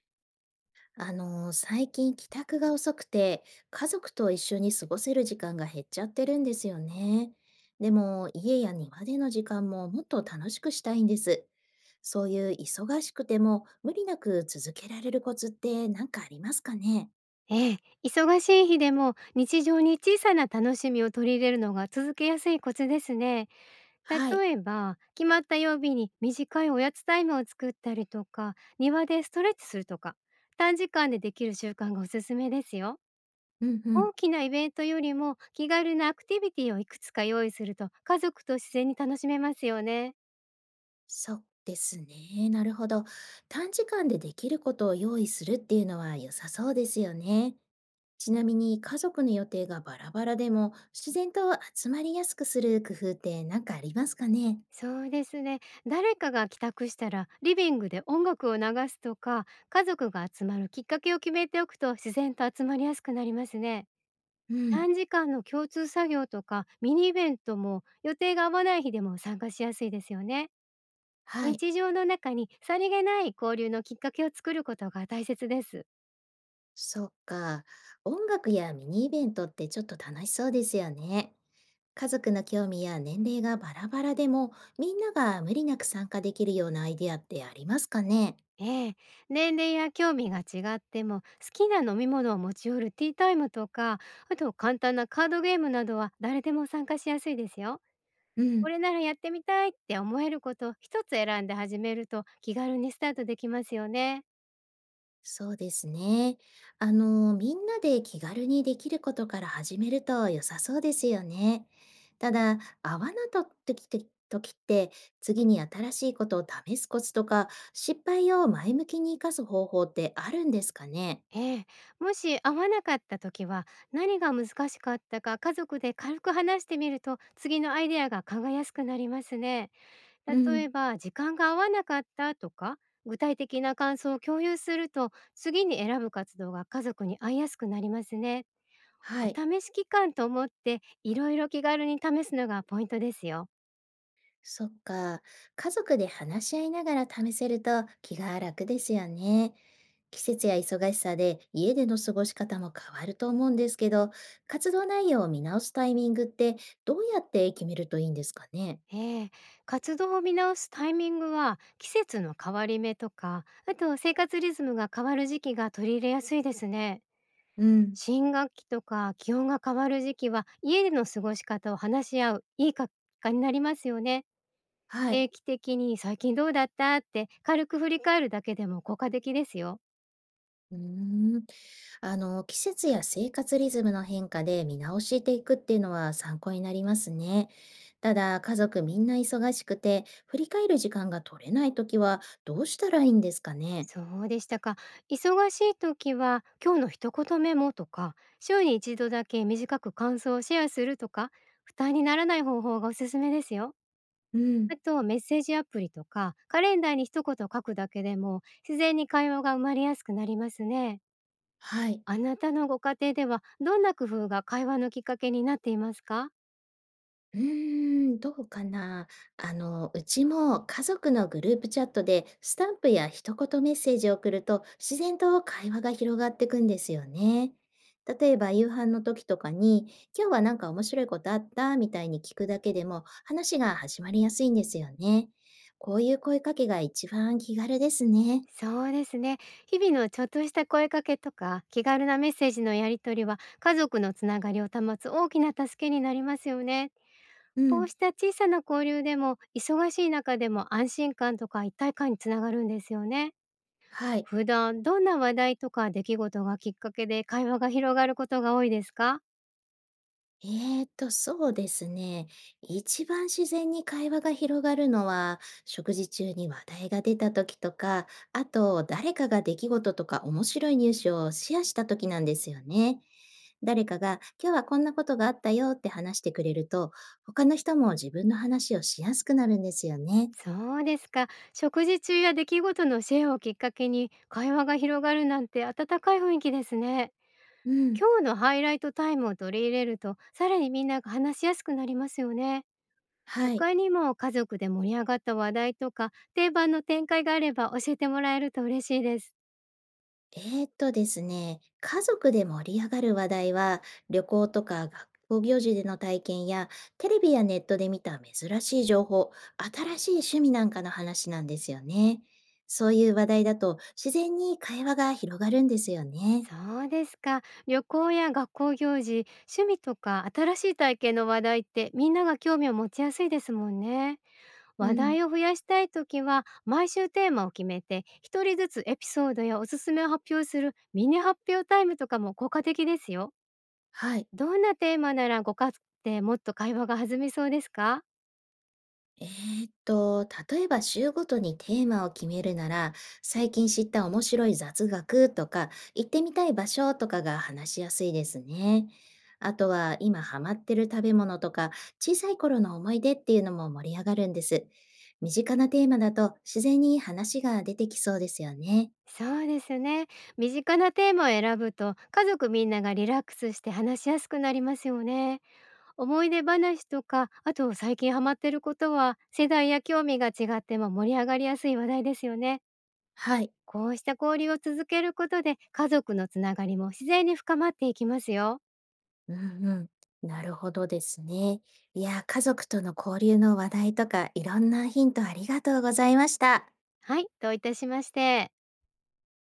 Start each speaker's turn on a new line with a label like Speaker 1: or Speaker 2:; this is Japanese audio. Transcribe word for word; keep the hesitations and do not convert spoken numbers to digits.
Speaker 1: あのー、最近帰宅が遅くて、家族と一緒に過ごせる時間が減っちゃってるんですよね。でも、家や庭での時間ももっと楽しくしたいんです。そういう忙しくても無理なく続けられるコツって何かありますかね？
Speaker 2: ええ、忙しい日でも日常に小さな楽しみを取り入れるのが続けやすいコツですね。
Speaker 1: はい。
Speaker 2: 例えば、決まった曜日に短いおやつタイムを作ったりとか、庭でストレッチするとか、短時間でできる習慣がおすすめですよ。
Speaker 1: うん。
Speaker 2: 大きなイベントよりも気軽なアクティビティをいくつか用意すると家族と自然に楽しめますよね。
Speaker 1: そうですね。なるほど。短時間でできることを用意するっていうのは良さそうですよね。ちなみに家族の予定がバラバラでも自然と集まりやすくする工夫って何かありますかね？
Speaker 2: そうですね。誰かが帰宅したらリビングで音楽を流すとか、家族が集まるきっかけを決めておくと自然と集まりやすくなりますね。
Speaker 1: うん。
Speaker 2: 短時間の共通作業とかミニイベントも予定が合わない日でも参加しやすいですよね。
Speaker 1: はい。
Speaker 2: 日常の中にさりげない交流のきっかけを作ることが大切です。
Speaker 1: そっか。音楽やミニイベントってちょっと楽しそうですよね。家族の興味や年齢がバラバラでもみんなが無理なく参加できるようなアイデアってありますかね？
Speaker 2: ええ、年齢や興味が違っても好きな飲み物を持ち寄るティータイムとか、あと簡単なカードゲームなどは誰でも参加しやすいですよ。
Speaker 1: う
Speaker 2: こ
Speaker 1: ん。
Speaker 2: れならやってみたいって思えることを一つ選んで始めると気軽にスタートできますよね。
Speaker 1: そうですね。あの、みんなで気軽にできることから始めると良さそうですよね。ただ、合わなかった時って時って次に新しいことを試すコツとか、失敗を前向きに生かす方法ってあるんですかね？
Speaker 2: ええ、もし合わなかった時は何が難しかったか家族で軽く話してみると次のアイデアが考えやすくなりますね。
Speaker 1: う
Speaker 2: 例
Speaker 1: ん、
Speaker 2: えば時間が合わなかったとか、具体的な感想を共有すると次に選ぶ活動が家族に合いやすくなりますね。お
Speaker 1: はい。
Speaker 2: 試し期間と思っていろいろ気軽に試すのがポイントですよ。
Speaker 1: そっか。家族で話し合いながら試せると気が楽ですよね。季節や忙しさで家での過ごし方も変わると思うんですけど、活動内容を見直すタイミングってどうやって決めるといいんですかね？
Speaker 2: ええ、活動を見直すタイミングは季節の変わり目とか、あと生活リズムが変わる時期が取り入れやすいですね。
Speaker 1: うん、
Speaker 2: 新学期とか気温が変わる時期は家での過ごし方を話し合ういい結果になりますよね。
Speaker 1: はい。
Speaker 2: 定期的に最近どうだったって軽く振り返るだけでも効果的ですよ。
Speaker 1: うーん。あの、季節や生活リズムの変化で見直していくっていうのは参考になりますね。ただ、家族みんな忙しくて、振り返る時間が取れないときはどうしたらいいんですかね？
Speaker 2: そうでしたか。忙しい時は今日の一言メモとか、週に一度だけ短く感想をシェアするとか、負担にならない方法がおすすめですよ。
Speaker 1: う
Speaker 2: あ
Speaker 1: ん。
Speaker 2: とメッセージアプリとか、カレンダーに一言書くだけでも、自然に会話が生まれやすくなりますね。
Speaker 1: はい。
Speaker 2: あなたのご家庭では、どんな工夫が会話のきっかけになっていますか？
Speaker 1: うーん、どうかな。あの、うちも家族のグループチャットでスタンプや一言メッセージを送ると自然と会話が広がってくんですよね。例えば夕飯の時とかに、今日はなんか面白いことあったみたいに聞くだけでも話が始まりやすいんですよね。こういう声かけが一番気軽ですね。
Speaker 2: そうですね。日々のちょっとした声かけとか、気軽なメッセージのやり取りは、家族のつながりを保つ大きな助けになりますよね。
Speaker 1: う
Speaker 2: こう
Speaker 1: ん。
Speaker 2: した小さな交流でも、忙しい中でも安心感とか一体感につながるんですよね。
Speaker 1: はい。
Speaker 2: 普段どんな話題とか出来事がきっかけで会話が広がることが多いですか？
Speaker 1: えーと、そうですね。一番自然に会話が広がるのは、食事中に話題が出た時とか、あと誰かが出来事とか面白いニュースをシェアした時なんですよね。誰かが今日はこんなことがあったよって話してくれると、他の人も自分の話をしやすくなるんですよね。
Speaker 2: そうですか。食事中や出来事のシェアをきっかけに会話が広がるなんて温かい雰囲気ですね。
Speaker 1: うん。
Speaker 2: 今日のハイライトタイムを取り入れるとさらにみんなが話しやすくなりますよね。
Speaker 1: はい。
Speaker 2: 他にも家族で盛り上がった話題とか定番の展開があれば教えてもらえると嬉しいです。
Speaker 1: えーっとですね、家族で盛り上がる話題は、旅行とか学校行事での体験や、テレビやネットで見た珍しい情報、新しい趣味なんかの話なんですよね。そういう話題だと、自然に会話が広がるんですよね。
Speaker 2: そうですか。旅行や学校行事、趣味とか新しい体験の話題ってみんなが興味を持ちやすいですもんね。
Speaker 1: う
Speaker 2: 話
Speaker 1: ん。
Speaker 2: 題を増やしたいときは毎週テーマを決めて一人ずつエピソードやおすすめを発表するミニ発表タイムとかも効果的ですよ。
Speaker 1: はい。
Speaker 2: どんなテーマならご家族でもっと会話が弾みそうですか？
Speaker 1: えーっと、例えば週ごとにテーマを決めるなら、最近知った面白い雑学とか、行ってみたい場所とかが話しやすいですね。あとは今ハマってる食べ物とか、小さい頃の思い出っていうのも盛り上がるんです。身近なテーマだと自然に話が出てきそうですよね。
Speaker 2: そうですね。身近なテーマを選ぶと家族みんながリラックスして話しやすくなりますよね。思い出話とか、あと最近ハマってることは、世代や興味が違っても盛り上がりやすい話題ですよね。
Speaker 1: はい。
Speaker 2: こうした交流を続けることで、家族のつながりも自然に深まっていきますよ。
Speaker 1: うんうん。なるほどですね。いや、家族との交流の話題とか、いろんなヒントありがとうございました。
Speaker 2: はい、どういたしまして。